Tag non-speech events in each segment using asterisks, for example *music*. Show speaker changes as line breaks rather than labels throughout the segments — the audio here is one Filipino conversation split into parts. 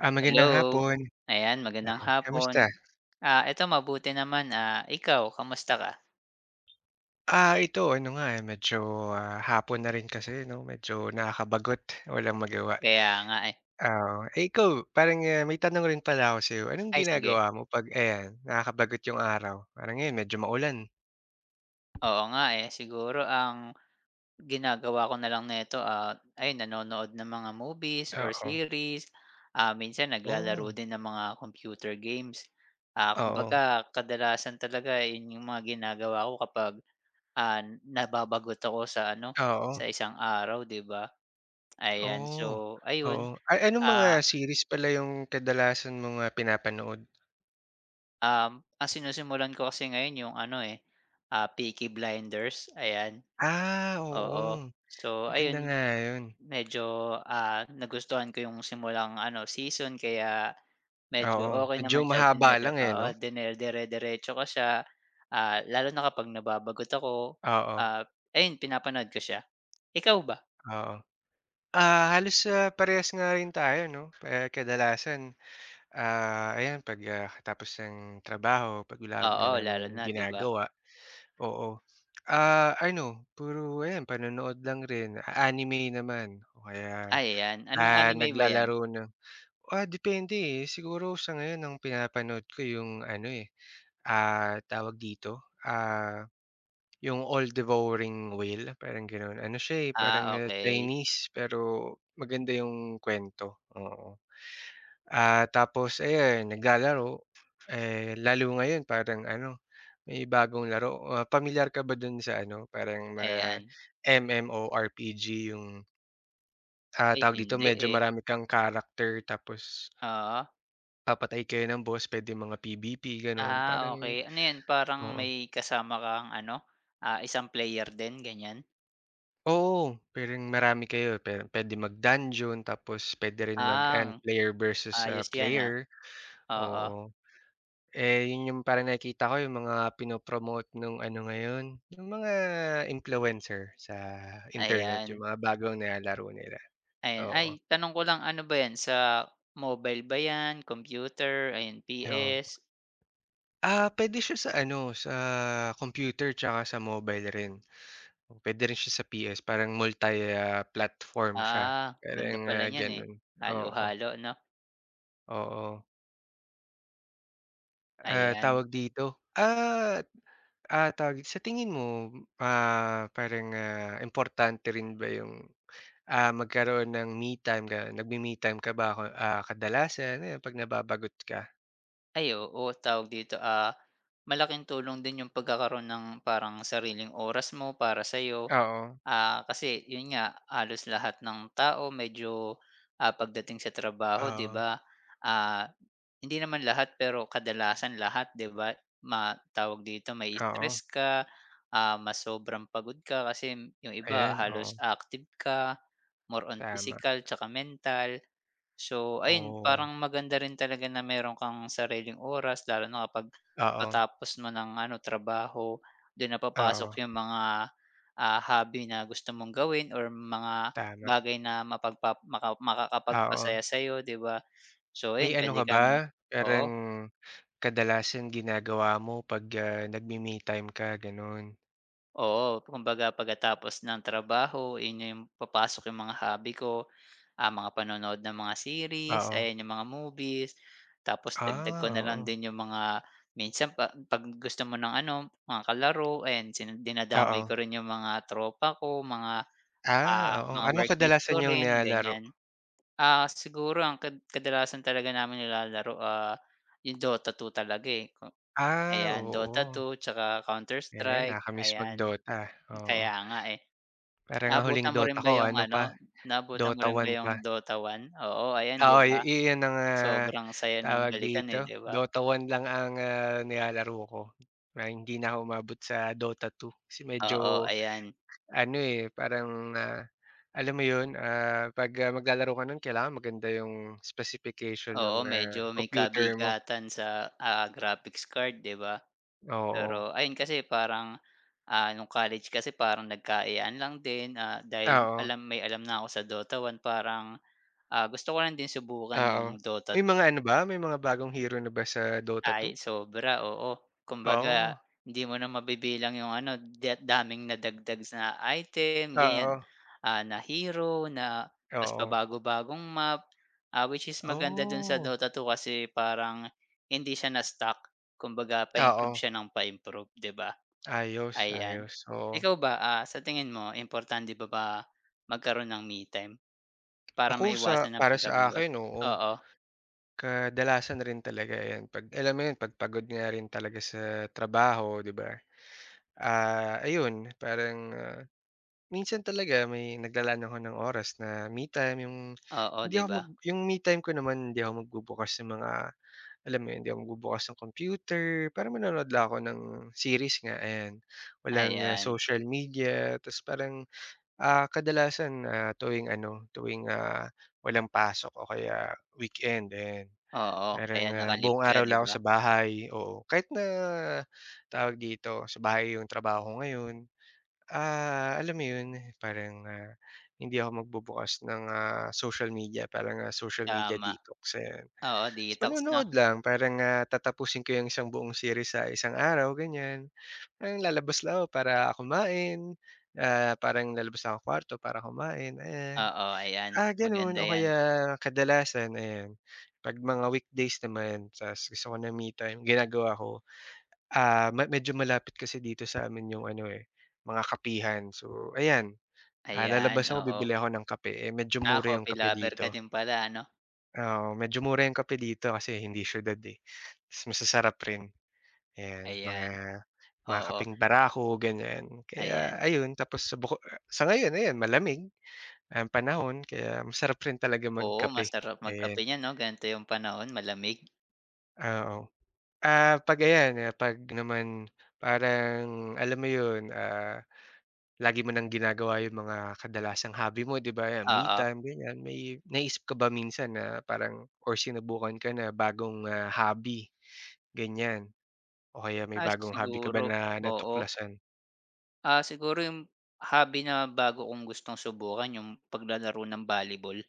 Ah, magandang
Hello.
hapon.
Ayan,
Ah,
magandang
kamusta?
hapon. Ah, eto mabuti naman, ah, ikaw kamusta ka?
Ah, ito ano nga, eh, medyo, hapon na rin kasi 'no, medyo nakakabagot, walang magawa.
Kaya nga, eh.
Eh, ikaw parang, may tanong rin pala ako sa'yo. Anong
Ay sige,
ginagawa mo 'pag ayan, nakakabagot yung araw? Parang ngayon medyo maulan.
oo nga, eh. Siguro ang ginagawa ko na lang nito, ah, ay nanonood ng mga movies or
Oo.
series, ah, minsan naglalaro
Oh,
din ng mga computer games. Ah,
oo.
kumbaga kadalasan talaga eh, yun yung mga ginagawa ko kapag, ah, nababagot ako sa ano,
Oo.
sa isang araw, 'di ba? Ayan,
Oh,
so
oo.
ayun,
Ay, anong mga
ah
series pala yung kadalasan mong, pinapanood?
Ang sinisimulan ko kasi ngayon yung ano, eh, ah, Peaky Blinders, ayan,
Ah, oo.
oo. So
Maganda
ayun,
nga yun.
medyo, ah, nagustuhan ko yung simulang ano, season kaya
Oo,
medyo okay
medyo
naman siya
mahaba
dinere
lang, eh,
oo,
'no?
dine dere-deretso ko siya, ah, lalo na kapag nababagot ako,
Oo.
ah, ayun pinapanood ko siya. Ikaw ba?
Oo. Ah, halos, parehas nga rin tayo 'no, eh, kadalasan, ayan 'pag, katapos ng trabaho 'pag wala ka
Oo,
na
lalo
nung
na, 'di ba?
ginagawa, oo. Ah, ano puro ayan panonood lang rin. Ah, anime naman o kaya,
Ay, ayan, anong anime ba 'yan?
naglalaro ng depende, eh. Siguro sa ngayon ang pinapanood ko yung ano, eh, tawag dito, yung all-devouring whale parang gano'n, ano siya, eh, parang,
Ah, okey,
Chinese pero maganda yung kuwento, oo. Ah, tapos ayan naglalaro, eh, lalo ngayon parang ano, may bagong laro, pamilyar ka ba dun sa ano, parang mga
ayan.
MMORPG yung,
Ay,
tawag dito
hindi,
medyo
eh,
marami kang character tapos
oo.
papatay kayo ng boss, puwedeng mga PVP gano'n,
Ah,
parang
okey. Ano 'yan, parang
oo.
may kasama kang ano, ah, isang player din, ganiyan?
Oo, puwedeng marami kayo, pero puwede mag-dungeon tapos puwede rin mag ayan,
Ah,
player versus,
ayos 'yan, ah.
player,
Oo,
oo. Eh, yun yung parang nakikita ko yung mga pinopromote nung ano ngayon, yung mga influencer sa internet,
ayan,
yung mga bagong nilalaro nila,
ayan. Ay,
oo,
tanong ko lang, ano ba 'yan, sa mobile ba 'yan, computer, ayan,
oo.
PS?
Ah, puwede siya sa ano, sa computer tsaka sa mobile rin. Puwede rin siya sa PS, parang multi, platform siya,
Ah, ganda
parang,
pala niyan, eh,
gano'n, oo,
halo-halo 'no,
oo. Ah,
ayan.
tawag dito, tawag dito. Sa tingin mo, parang, importante rin ba yung, magkaroon ng me time ka nagme-me time ka ba ako? Kadalasan ayan 'pag nababagot ka?
Ay, oo, tawag dito, ah, malaking tulong din yung pagkakaroon ng parang sariling oras mo para sa'yo.
Oo,
Ah, kasi yun nga, halos lahat ng tao medyo, ah, pagdating sa trabaho 'di
oo,
ba, ah, hindi naman lahat pero kadalasan lahat 'di ba, ma dito may
oo,
stress ka, ah, mas sobrang pagod ka kasi yung iba
ayan,
halos
oo,
active ka, more on
tama,
physical 'tsaka mental. So ayun,
oo,
parang maganda rin talaga na meron kang sariling oras lalo na kapag
oo,
katapos mo ng ano trabaho, doon na
oo,
papasok yung mga ah, hobby na gusto mong gawin or mga
tama,
bagay na mapagpa maka
oo.
makakapagpasaya sa'yo, 'di ba? So
May
ayun,
ano
puwede
ka ba,
kang oo,
parang kadalasan ginagawa mo 'pag, nagme-me time ka gano'n?
oo. Kumbaga pagkatapos ng trabaho, yun yung papasok yung mga hobby ko, ah, mga panonood ng mga series,
Oo,
ayan yung mga movies. Tapos dagdag ko na lang
oo,
din yung mga minsan pa 'pag gusto mo ng ano, mga kalaro, ayan sina dinadamay
oo.
ko rin yung mga tropa ko, mga, ah,
Ah, oo.
mga
Anong
workmate
kadalasan
ko
niyong
rin,
nilalaro?
ganiyan. Ah, siguro ang kadalasan talaga namin nilalaro, ah, yung Dota 2 talaga, eh, ko
Ah,
ayan, Dota
oo.
2 tsaka Counter
Ayan,
Strike,
nakakamiss
ayan.
mag-DOTA, oo.
Kaya nga, eh.
Parang ang huling
Naabutan mo
DOTA
rin
ko
ba yung
ano pa,
ano, naabutan mo
DOTA
rin ba
one
yung
pa.
Dota One Oo, ayan, 'di
Oo, i
ba?
iyon ang,
Sobrang saya nung
tawag
balikan,
dito,
eh, 'di ba?
DOTA one lang ang, nilalaro ko. Na hindi na ako umabot sa DOTA two, kasi
Oo,
medyo
ayan.
ano, eh, parang, alam mo yun, 'pag, maglalaro ka nun kailangan maganda yung specification
Oo,
ng
medyo may
computer mo,
kabigatan sa, ah, graphics card, 'di ba? Pero
oo.
ayun kasi parang ah, nung college kasi parang nagka lang din, ah, dahil
Oo.
alam may alam na ako sa Dota 1 parang, ah, gusto ko lang din subukan
Oo.
yung Dota
May
2.
mga ano ba, may mga bagong hero na ba sa Dota Two?
Ay sobra, oo. Kumbaga
Oo,
hindi mo na mabibilang yung ano daming nadagdag na item ganyan,
oo,
ah, na hero na ta's
oo.
pabago-bagong map, ah, which is maganda dun sa
Oh,
Dota 2 kasi parang hindi siya na-stuck kumbaga pa-improve
oo.
siya ng pa-improve, 'di ba?
Ayos,
Ayan.
ayos, oo.
Ikaw ba, ah, sa tingin mo importante ba ba magkaroon ng me time? Para
Ako sa
maiwasan ang
para sa
pagkabagot?
akin, oo.
Oo,
Kadalasan rin talaga 'yan 'pag alam mo 'yun, 'pag pagod nga rin talaga sa trabaho, 'di ba? Ah, ayun parang, minsan talaga may naglalaan ako ng oras na me time, yung
oo,
hindi
'di
ako
ba?
mag yung me time ko naman hindi ako magbubukas ng mga alam mo yun, 'di ako magbubukas ng computer, parang manonood lang ako ng series nga, ayan. Walang,
Ayan,
social media ta's parang, kadalasan, tuwing ano, tuwing, walang pasok o kaya weekend, ayan.
oo,
Parang,
kaya naka
buong
ka
araw
'di
lang ako
ba?
sa bahay, oo. Kahit na, tawag dito, sa bahay yung trabaho ko ngayon, alam mo yun, parang, hindi ako magbubukas ng, social media, parang, social media
Tama,
detox, ayan.
oo,
Is
detox 'no?
panonood lang parang, tatapusin ko yung isang buong series sa isang araw ganyan. Parang lalabas lang ako para kumain, parang lalabas lang ako kwarto para kumain, ayan.
Oo, ayan,
Ah, gano'n
maganda
o
'yan.
kaya kadalasan ayan, 'pag mga weekdays naman ta's gusto ko ng me time ginagawa ko, me medyo malapit kasi dito sa'min yung ano, eh, mga kapihan. So ayan,
Ayan,
lalabas ako
oo.
bibili ako ng kape, eh, medyo
Ah,
mura yung
coffee
kape
lover
dito.
ka din pala ano?
Oo, medyo mura yung kape dito kasi hindi siyudad, eh. Mas masasarap rin, ayan, mga
Ayan,
mga
oo,
kapeng barako, ganyan. Kaya
ayan.
ayun, tapos sa ngayon ayan malamig ang panahon kaya masarap rin talaga
Oo,
magkape,
masarap
ayan,
magkape niyan 'no, ganito yung panahon malamig.
oo. Ah, 'pag ayan, 'pag naman parang alam mo yun, lagi mo ng ginagawa yung mga kadalasang hobby mo, 'di ba, ayan, me
Oo,
time, ganyan. May naisip ka ba minsan na parang or sinubukan ka na bagong, hobby, ganyan? O kaya may
ay
bagong hobby ka ba
siguro,
na
oo.
natuklasan?
Ah, siguro yung hobby na bago kong gustong subukan yung paglalaro ng volleyball.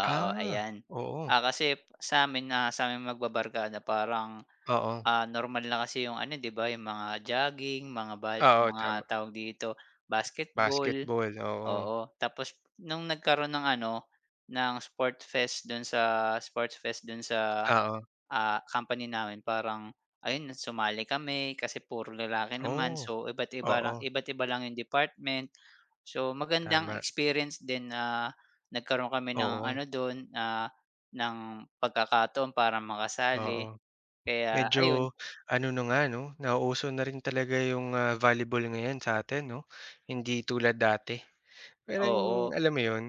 Oo,
Ah,
ayan.
oo,
Ah, kasi sa amin, ah, sa'ming magbabarkada parang,
oo.
ah, normal na kasi yung ano, 'di ba, yung mga jogging,
Oo,
mga
tama.
tawag dito, basketball,
Basketball, oo.
oo. Tapos nung nagkaroon ng ano, ng sport fest dun sa sports fest dun sa
Oo.
ah, company namin parang ayun sumali kami kasi puro lalaki naman
Oh,
so
oo,
iba't iba lang yung department. So magandang
tama.
experience din na nagkaroon kami ng
Oo,
ano dun, ah, ng pagkakataon para
oo.
makasali. Kaya
Medyo
ayun,
ano na nga 'no, nauuso na rin talaga yung, volleyball ngayon sa'tin 'no, hindi tulad dati. Parang
oo,
alam mo yun,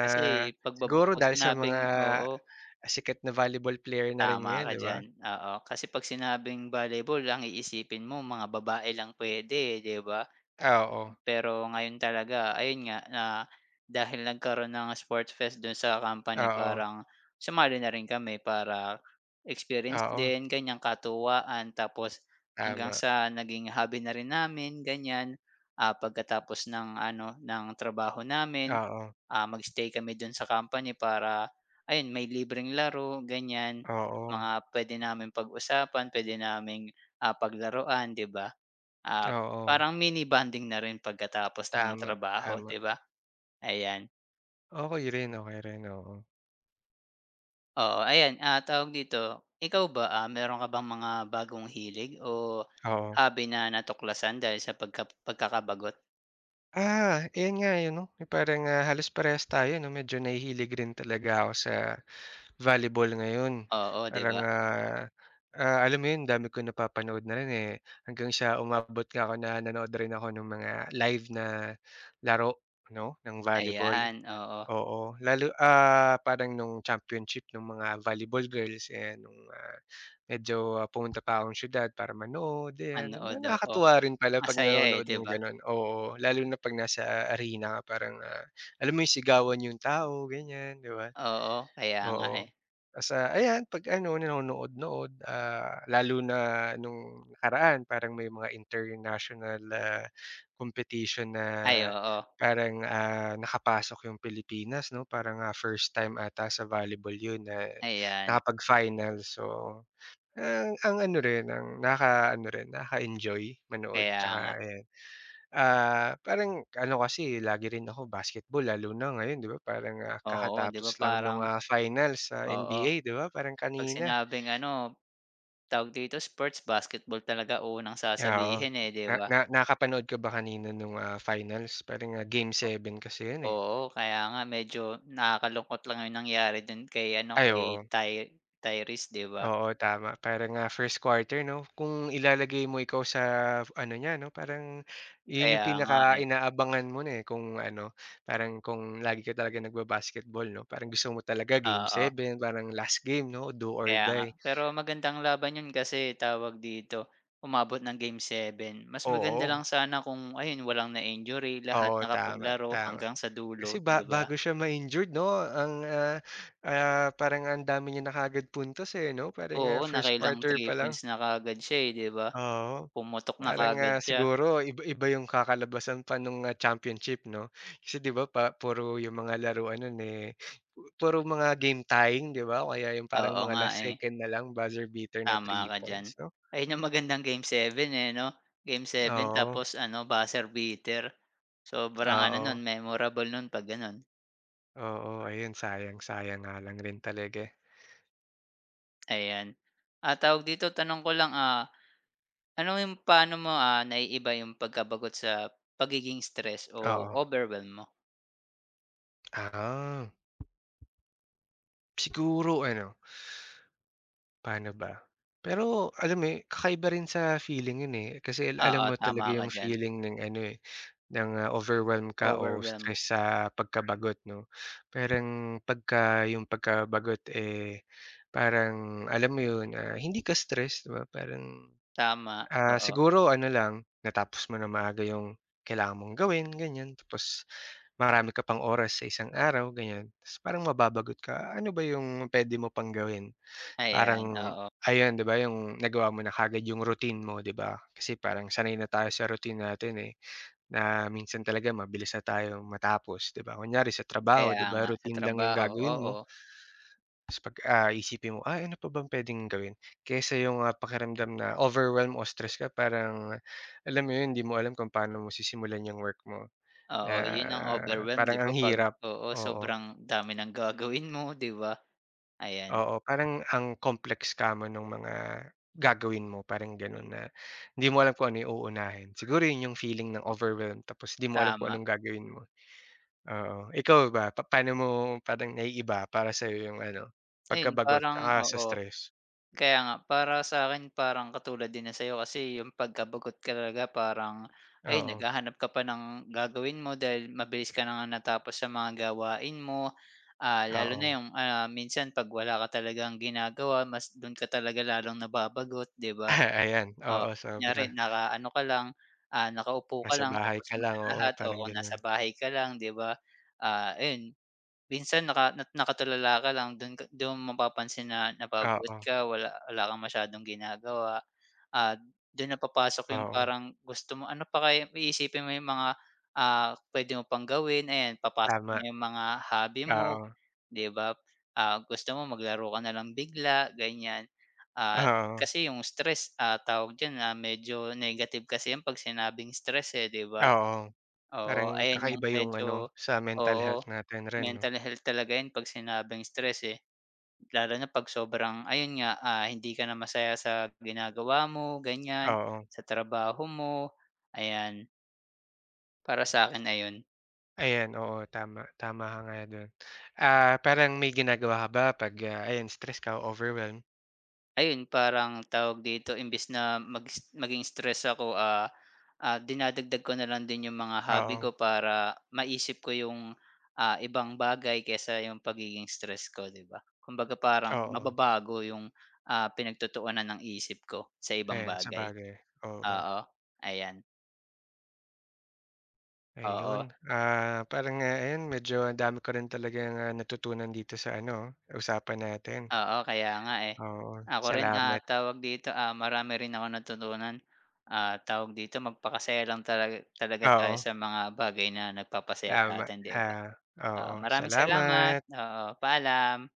kasi
siguro
'pag
dahil sa
sinabing
mga
oo,
sikat na volleyball player na rin
tama
ngayon
ka
'di ba?
diyan, oo. Kasi 'pag sinabing volleyball ang iisipin mo mga babae lang pwede 'di ba?
Oo,
Pero ngayon talaga ayun nga na dahil nagkaroon ng sports fest dun sa company
oo,
parang sumali na rin kami para experience
oo,
din, ganyan katuwaan. Tapos hanggang
tama.
sa naging hobby na rin namin ganyan, ah, pagkatapos ng ano ng trabaho namin
Oo,
ah, mag-stay kami dun sa company para ayun may libreng laro ganyan,
oo.
mga puwede naming pag-usapan, puwede naming, ah, paglaruan 'di ba? Ah,
Oo,
parang mini bonding na rin pagkatapos ng
tama,
trabaho
tama.
'di ba? Ayan,
Okey rin, oo,
oo ayan, ah, tawag dito, ikaw ba, ah, meron ka bang mga bagong hilig o
oo.
hobby na natuklasan dahil sa pagkakabagot?
Ah, ayun nga, eh, 'no, yung parang, halos parehas tayo 'no, medyo nahihilig rin talaga ako sa volleyball ngayon.
Oo 'di
Parang,
ba?
alam mo yun, dami kong napapanood na rin, eh, hanggang sa umabot nga ako na nanood rin ako ng mga live na laro 'no, ng volleyball.
Ayan, oo,
Oo, lalo, parang nung championship nung mga volleyball girls, and nung, medyo, pumunta pa akong siyudad para manood, ayan.
manood,
Naman
oo,
nakakatuwa rin pala 'pag
masaya, eh,
nanonood
'di
ng
ba?
gano'n, oo. Lalo na 'pag nasa arena ka parang, alam mo yung sigawan yung tao, ganyan, 'di ba?
Oo, kaya nga, eh.
Oo. Tapos, ayan 'pag ano nanonood-nood, lalo na nung nakaraan parang may mga international, competition na
Ay, oo.
parang, nakapasok yung Pilipinas 'no, parang, first time ata sa volleyball yun na
Ayan,
nakapag-finals. So, ang ano rin ang nakakaano rin, nakaka-enjoy manood
kaya
'tsaka
nga.
ayan. Ah, parang ano kasi lagi rin ako basketball lalo na ngayon 'di ba parang,
Oo, 'di
kakatapos
ba
lang nung,
parang
finals sa
oo,
NBA 'di ba parang
'pag
kanina.
sinabing ano, tawag dito, sports, basketball talaga unang
Ah, Oo,
sasabihin, eh, 'di
na
ba?
na nakapanood ka ba kanina nung, finals parang, game 7 kasi yun, eh.
Oo, kaya nga medyo nakakalungkot lang yung nangyari dun kay ano,
Ay
kay
oo.
Ty Tyrese, 'di ba?
Oo, tama. Parang, first quarter 'no, kung ilalagay mo ikaw sa ano niya 'no, parang yun yung
Kaya nga, eh,
pinaka-inaabangan mo na, eh, kung ano, parang kung lagi ka talaga nagba-basketball 'no, parang gusto mo talaga game
oo,
7, parang last game 'no, do or
kaya nga.
die.
Pero magandang laban yun kasi tawag dito, umabot ng game 7, mas maganda lang
Oo.
sana kung ayun, walang na-injury, lahat
Oo, tama,
nakapaglaro
tama.
hanggang sa
Kasi
dulo,
ba
'di ba?
bago siya ma-injured 'no, ang, parang ang dami niya na kaagad puntos, eh, 'no, parang,
Oo,
first
nakailang
quarter
three
pa lang.
points na kaagad siya, eh, 'di ba?
Oo.
Pumutok na
Parang,
kaagad siya.
siguro iba-iba yung kakalabasan pa nung, championship 'no? Kasi 'di ba pa puro yung mga laruan nun, eh, puro mga game tying 'di ba o kaya yung parang
Oo
mga
nga,
last
eh,
second na lang buzzer beater na
tama
three
ka diyan.
points 'no?
Ayun ang magandang game 7 eh, 'no? Game 7
Oo,
tapos ano, buzzer beater. Sobrang ano nun,
oo,
memorable nun 'pag gano'n,
oo, ayun sayang, sayang nga lang rin talaga, eh.
ayan. Ah, tawag dito, tanong ko lang, ah, ano yung paano mo, ah, naiiba yung pagkabagot sa pagiging stress o
Oo.
overwhelm mo?
Ah, siguro ano, paano ba? Pero alam mo, eh, kakaiba rin sa feeling yun, eh, kasi
Oo,
alam mo
tama
talaga
ka
yung
diyan.
feeling ng ano, eh ng, overwhelm ka o
Overwhelm,
stress sa pagkabagot 'no. Parang pagka yung pagkabagot, eh, parang alam mo yun, hindi ka stress 'di ba parang,
tama, oo.
siguro ano lang natapos mo na maaga yung kailangan mong gawin ganyan tapos marami ka pang oras sa isang araw ganyan tapos parang mababagot ka, ano ba yung pwede mo pang gawin?
Ayan,
Parang
oo.
ayun 'di ba yung nagawa mo na kaagad yung routine mo 'di ba? Kasi parang sanay na tayo sa routine natin, eh. Na minsan talaga mabilis na tayo matapos, 'di ba? Kunyari sa trabaho,
Kaya
'di ba,
nga, sa
routine lang yung
trabaho,
gagawin
oo.
mo. Tapos 'pag, iisipin mo, "Ah, ano pa bang puwedeng gawin?" Kaysa yung, pakiramdam na overwhelm o stress ka parang, alam mo yun, 'di mo alam kung paano mo sisimulan yung work mo na
Oo, yun ang overwhelm
parang
'di ba
ang
'pag
hirap,
oo,
oo.
sobrang dami ng gagawin mo 'di ba? Ayan,
Oo, parang ang complex kamo nung mga gagawin mo, parang gano'n na hindi mo alam kung ano yung uunahin. Siguro yun yung feeling ng overwhelm tapos 'di mo alam kung
tama.
anong gagawin mo. Oo, ikaw ba pa paano mo parang naiiba para sa'yo yung ano,
Ayun
pagkabagot
parang
tsaka sa
oo.
stress?
Kaya nga, para sa akin parang katulad din ng sa'yo kasi yung pagkabagot ka talaga parang ayun
Oo,
naghahanap ka pa ng gagawin mo dahil mabilis ka na nga natapos sa mga gawain mo. Ah, lalo
oo.
na
*laughs*
yung, ah, minsan 'pag wala ka talagang ginagawa mas dun ka talaga lalong nababagot, 'di ba?
Ah, Ayan,
Oo,
oo
kunyari
sobra.
naka, ano ka lang, ah, nakaupo ka
Nasa
lang
bahay
tapos
ka
mo
lang,
na
oo
lahat o
parang
kung
gano'n.
nasa bahay ka lang, 'di ba? Ah, ayun minsan nakatulala ka lang dun ka dun mo mapapansin na nababagot
Oo,
ka, wala wala kang masyadong ginagawa, ah, dun na papasok yung
oo,
parang gusto mo ano pa kaya iisipin mo yung mga, ah, puwede mo pang gawin, ayan papasok na
tama,
yung mga hobby mo,
oo,
'di ba? Ah, gusto mo maglaro ka na lang bigla, ganyan. Ah,
oo,
kasi yung stress, ah, tawag diyan, ah, medyo negative kasi 'yan 'pag sinabing stress, eh, 'di ba?
oo. Parang
Oo, ayan yung
kakaiba yung ano,
medyo
sa mental health
oo,
natin rin 'no?
mental health talaga 'yan 'pag sinabing stress, eh. Lalo na 'pag sobrang ayun nga, ah, hindi ka na masaya sa ginagawa mo, ganyan,
Oo,
sa trabaho mo, ayan. Para sa'kin, ayun.
ayan, oo tama, tama ka nga do'n. Ah, parang may ginagawa ka ba 'pag, ayan stress ka o overwhelmed?
Ayun parang tawag dito imbes na maging stress ako, ah, ah, dinadagdag ko na lang din yung mga hobby
Oo,
ko para maisip ko yung, ah, ibang bagay kesa yung pagiging stress ko, 'di ba? Kumbaga parang
oo,
mababago yung, ah, pinagtutuunan ng isip ko sa ibang
ayan
bagay.
sabagay, oo.
Oo, ayan,
Ayun,
oo.
ah, parang, ayun medyo ang dami ko rin talagang, natutunan dito sa ano, usapan natin.
Oo, kaya nga, eh.
Oo,
Ako rin, ah,
salamat.
tawag dito, ah, marami rin akong natutunan. Ah, tawag dito, magpakasaya lang talaga talaga tayo
Oo,
sa mga bagay na nagpapasaya sa
tama.
atin, 'di ba?
Ah,
Oo,
oo,
maraming salamat.
salamat.
Oo, paalam.